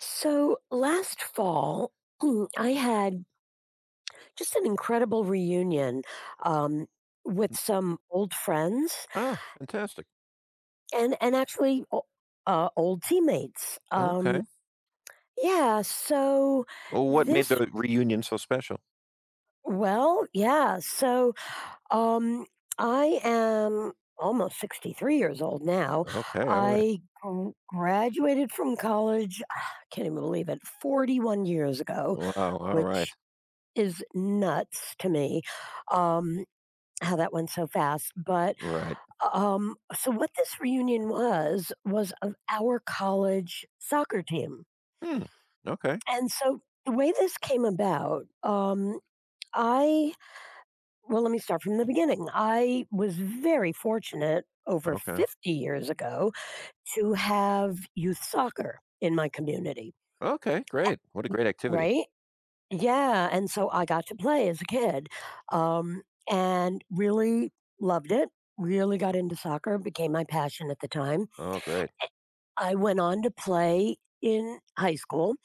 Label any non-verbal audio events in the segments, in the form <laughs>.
So last fall, <clears throat> I had just an incredible reunion um, with some old friends Oh, fantastic. and actually old teammates. Okay. Yeah. So Well, what made this, the reunion so special? well, yeah. So um, I am almost 63 years old now. Okay, all right. I graduated from college, <sighs> I can't even believe it, 41 years ago, Wow, all right. which is nuts to me, um, how that went so fast, but, Right. um so what this reunion was of our college soccer team, Hmm. Okay. and so the way this came about, I let me start from the beginning. I was very fortunate over Okay. 50 years ago to have youth soccer in my community, Okay, great. What a great activity. right? Yeah, and so I got to play as a kid, um, and really loved it, really got into soccer, became my passion at the time. Oh, great. I went on to play in high school,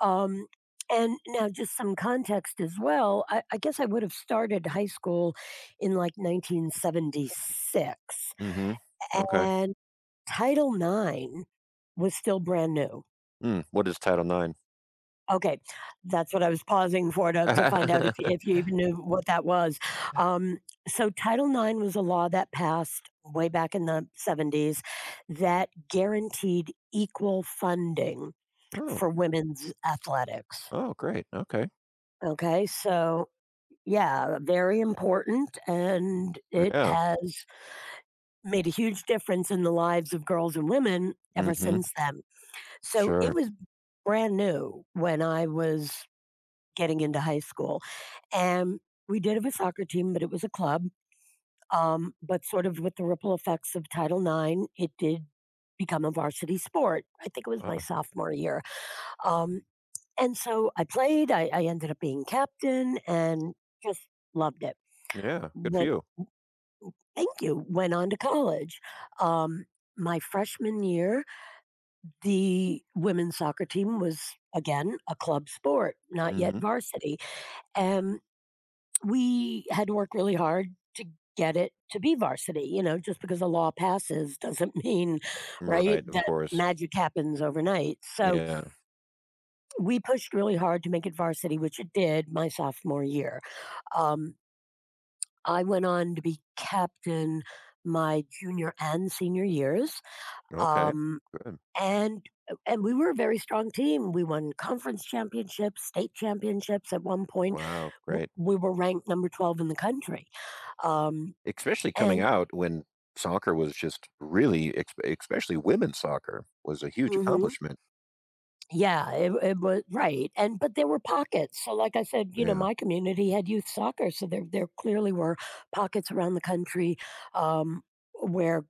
um, and now just some context as well, I guess I would have started high school in, like, 1976, Mhm. Okay. and Title IX was still brand new. Mm, what is Title Nine? Okay, that's what I was pausing for to find out if <laughs> you even knew what that was. Um, so Title IX was a law that passed way back in the 70s that guaranteed equal funding Oh. for women's athletics. Oh, great. Okay. Okay, so yeah, very important, and it Yeah. has made a huge difference in the lives of girls and women ever Mhm. since then. So it Sure. was brand new when I was getting into high school. And we did have a soccer team, but it was a club. But sort of with the ripple effects of Title IX, it did become a varsity sport. I think it was my Oh, sophomore year. Um, and so I played, I ended up being captain and just loved it. yeah. Good for Went, you. thank you. Went on to college. Um, my freshman year, the women's soccer team was again a club sport, not yet Mhm. varsity. And we had to work really hard to get it to be varsity, you know, just because a law passes doesn't <laughs> mean, right, Right, of that course. magic happens overnight. So Yeah. we pushed really hard to make it varsity, which it did my sophomore year. Um, I went on to be captain my junior and senior years. Okay. Um, Good. and and we were a very strong team. We won conference championships, state championships. At one point, Wow, great. we were ranked number 12 in the country. Um, Especially coming and out when soccer was just really ex especially women's soccer was a huge Mhm. accomplishment. Yeah, it was right, and but there were pockets. So like I said, you know, Yeah. my community had youth soccer, so there clearly were pockets around the country um, where,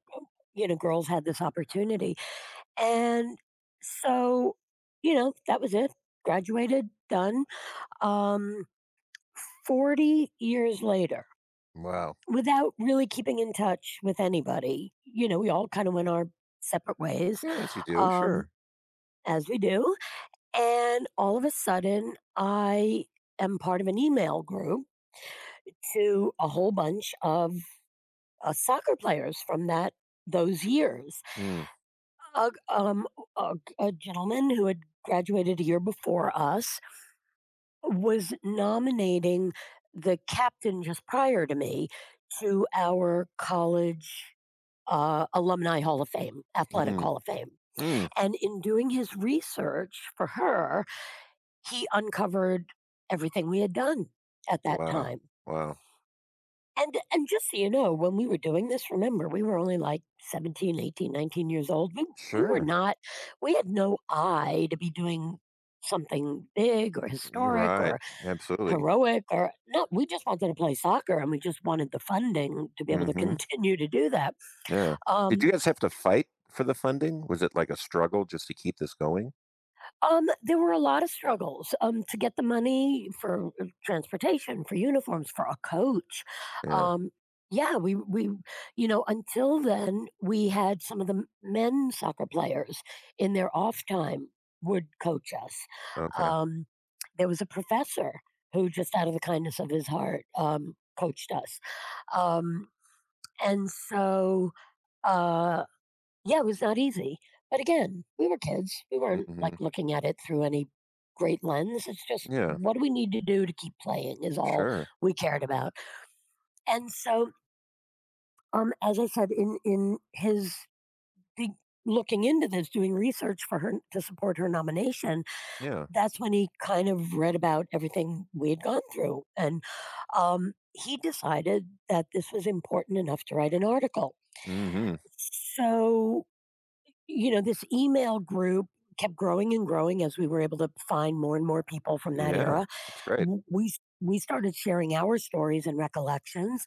you know, girls had this opportunity. And so, you know, that was it. Graduated, done. Um, 40 years later, Wow. without really keeping in touch with anybody, you know, we all kind of went our separate ways, Yes, you do, um, sure. as we do. And all of a sudden, I am part of an email group to a whole bunch of soccer players from that those years. Mm, A, um, a, a gentleman who had graduated a year before us was nominating the captain just prior to me to our college alumni hall of fame, athletic mm, hall of fame. mm. And in doing his research for her, he uncovered everything we had done at that Wow, time. wow. And just so you know, when we were doing this, remember, we were only like 17, 18, 19 old. We were Sure. not we had no eye to be doing something big or You're historic right. or Absolutely. heroic or no, we just wanted to play soccer and we just wanted the funding to be able to Mhm. continue to do that. Yeah. Did Um you guys have to fight for the funding? Was it like a struggle just to keep this going? There were a lot of struggles, to get the money for, transportation, for uniforms, for a coach. Yeah. Um, yeah, we you know, until then, we had some of the m men soccer players in their off time would coach us. Okay. Um, there was a professor who just out of the kindness of his heart, coached us. Um, and so, uh yeah, it was not easy. But again, we were kids. We weren't Mhm. like looking at it through any great lens. It's just Yeah. what do we need to do to keep playing is all Sure. we cared about. And so, as I said, in his big looking into this, doing research for her to support her nomination, Yeah. that's when he kind of read about everything we had gone through. And he decided that this was important enough to write an article. Mhm. So you know, this email group kept growing and growing as we were able to find more and more people from that Yeah. era. That's great. We started sharing our stories and recollections.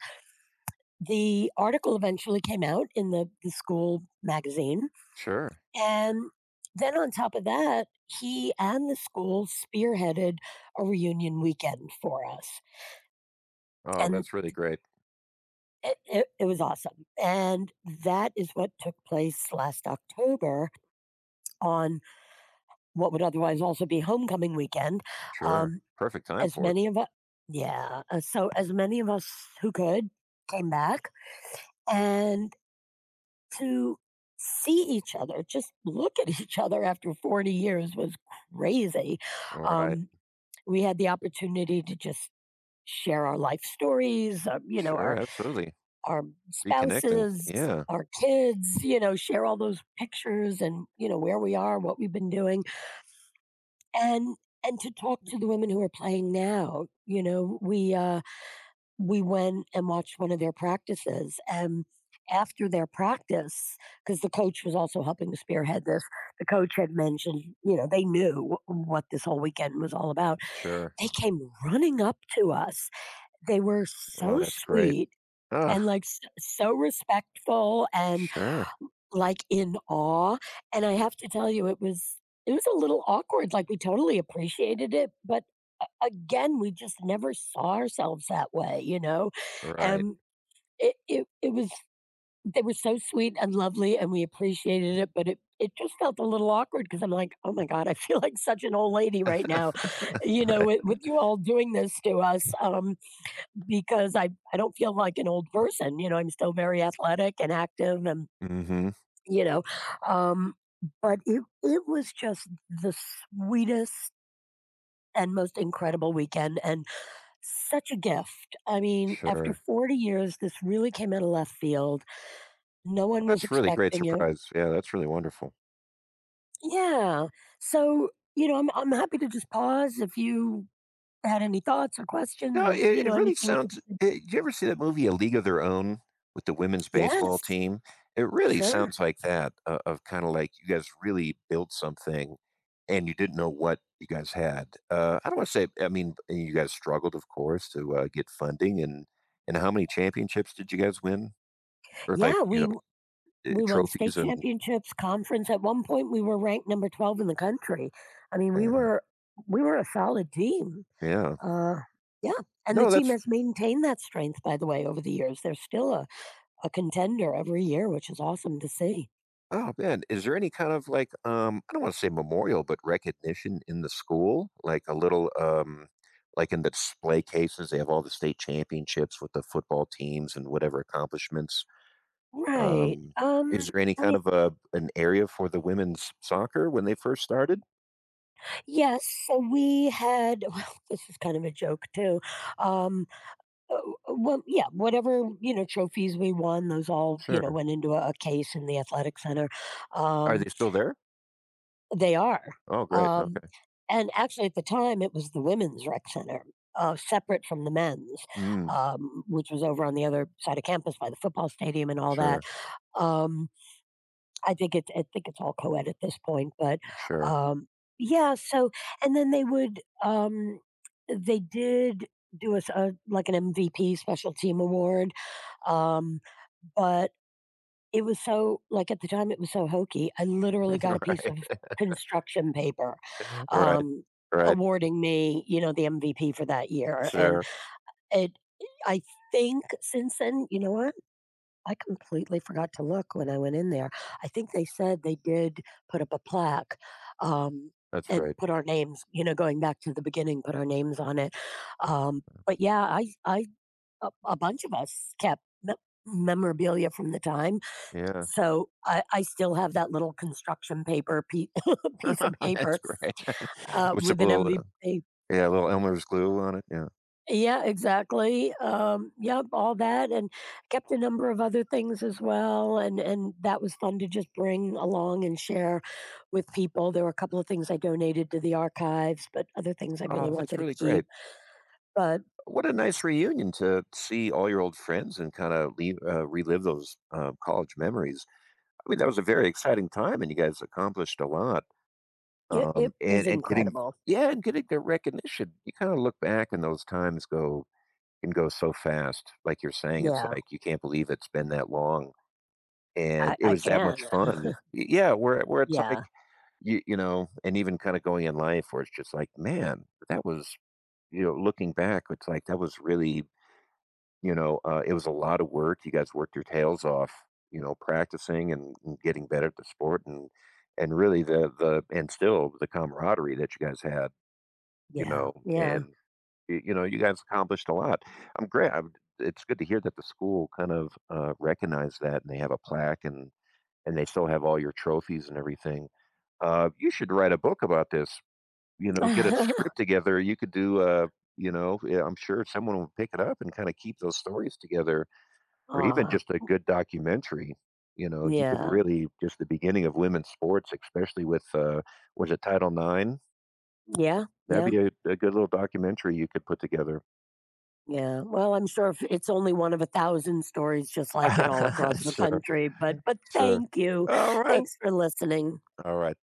The article eventually came out in the school magazine. Sure. And then on top of that, he and the school spearheaded a reunion weekend for us. Oh, And that's really great. it was awesome. And that is what took place last October on what would otherwise also be homecoming weekend. Sure. Um, Perfect time as for it. many of us, as many of us who could came back and to see each other, just look at <laughs> each other after 40 years was crazy. All right. Um, we had the opportunity to just share our life stories, you know, Sure. Absolutely. our Reconnecting. spouses, Yeah. our kids, you know, share all those pictures and, you know, where we are, what we've been doing. And and to talk to the women who are playing now, you know, we went and watched one of their practices and after their practice, because the coach was also helping to spearhead this, the coach had mentioned, you know, they knew what this whole weekend was all about. Sure. They came running up to us. They were Oh, so that's great. sweet and Ah, like so respectful and sure. like, in awe, and I have to tell you, it was a little awkward, like, we totally appreciated it, but a again, we just never saw ourselves that way, you know? Right. And it was they were so sweet and lovely, and we appreciated it, but it just felt a little awkward because 'cause I'm like, "Oh my god, I <laughs> feel like such an old lady right now," <laughs> you know, with Right. You all doing this to us, because I don't feel like an old person, you know, I'm still very athletic and active and Mm-hmm. you know? Um, but it was just the sweetest and most incredible weekend and such a gift. I mean, after Sure. 40 years, this really came out of left field. No one was That's really great expecting it. surprise. Yeah, that's really wonderful. Yeah. So, you know, I'm happy to just pause if you had any thoughts or questions No, or, you it know, really anything you... sounds. It, you ever see that movie A League of Their Own with the women's baseball Yes. team? It really Sure. sounds like that. Of kind of like you guys really built something, and you didn't know what you guys had. I don't want to say. I mean, eh, you guys struggled, of course, to get funding, and how many championships did you guys win, or like Yeah, you know eh, we won state trophies and championships, conference. At one point, we were ranked number 12 in the country. I mean, yeah, we were a solid team. yeah. Uh, yeah, and the No, team that's has maintained that strength, by the way, over the years. They're still a contender every year, which is awesome to see. oh, man. Is there any kind of like, I don't want to say memorial, but recognition in the school? Like a little, like in the display cases, they have all the state championships with the football teams and whatever accomplishments. Right. Um, is there any I kind mean, of a an area for the women's soccer when they first started? yes. So we had. <laughs> Well, this is kind of a joke too. Um. uh, Well, yeah. Whatever you know, trophies we won, those all you know Sure. went into a case in the athletic center. Are Um. they still there? They are, Oh, great. um, Okay. and actually, at the time, it was the women's rec center, separate from the men's, Mm, which was over on the other side of campus by the football stadium and all that. sure. Um, I think it's all co-ed at this point, but Sure. um, yeah. So, and then they did do us a like an MVP special team award, um, but it was so like, at the time, it was so hokey. I literally <laughs> got All a piece right. of construction paper, All right. um, All right. awarding me, you know, the MVP for that year, and Sure. it I think since then you know what? I completely forgot to look when I went in there. I think they said they did put up a plaque, um, That's and right. put our names you know, going back to the beginning, put our names on it, but yeah, I a bunch of us kept me memorabilia from the time Yeah. so I still have that little construction paper <laughs> piece of <laughs> That's paper great. <laughs> With some with an little MVP. yeah, a little Elmer's glue on it, yeah. Yeah, exactly. Yep, all that, and kept a number of other things as well, and that was fun to just bring along and share with people. There were a couple of things I donated to the archives, but other things I Oh, really that's wanted to really great. keep. But What a nice reunion to see all your old friends and kinda leave relive those, college memories. I mean, that was a very exciting time, and you guys accomplished a lot, it was and getting incredible. yeah, and getting the recognition. You kinda look back and those times go can go so fast. Like you're saying, it's Yeah, like you can't believe it's been that long, and it I was that can. much <laughs> fun. Y Yeah, where it's like, Yeah, you and even kinda going in life where it's just like, "Man, that was you know, looking back, it's like that was really, you know, it was a lot of work. You guys worked your tails off, you know, practicing and getting better at the sport, and really the and still the camaraderie that you guys had, you yeah, know, yeah. and you know, you guys accomplished a lot. I'm great. I'm, it's good to hear that the school kind of recognized that, and they have a plaque, and they still have all your trophies and everything. You should write a book about this you know, get a script <laughs> together, you could do a you know, yeah, I'm sure someone will pick it up and kind of keep those stories together, or even Aw, just a good documentary. You know, you could yeah, really just the beginning of women's sports, especially with was it Title 9? yeah, That'd yeah. be a good little documentary you could put together. Yeah, well, I'm sure if it's only one of 1,000 stories just like it all <laughs> across the Sure, country, but sure. thank you. All right, Thanks for listening. all right.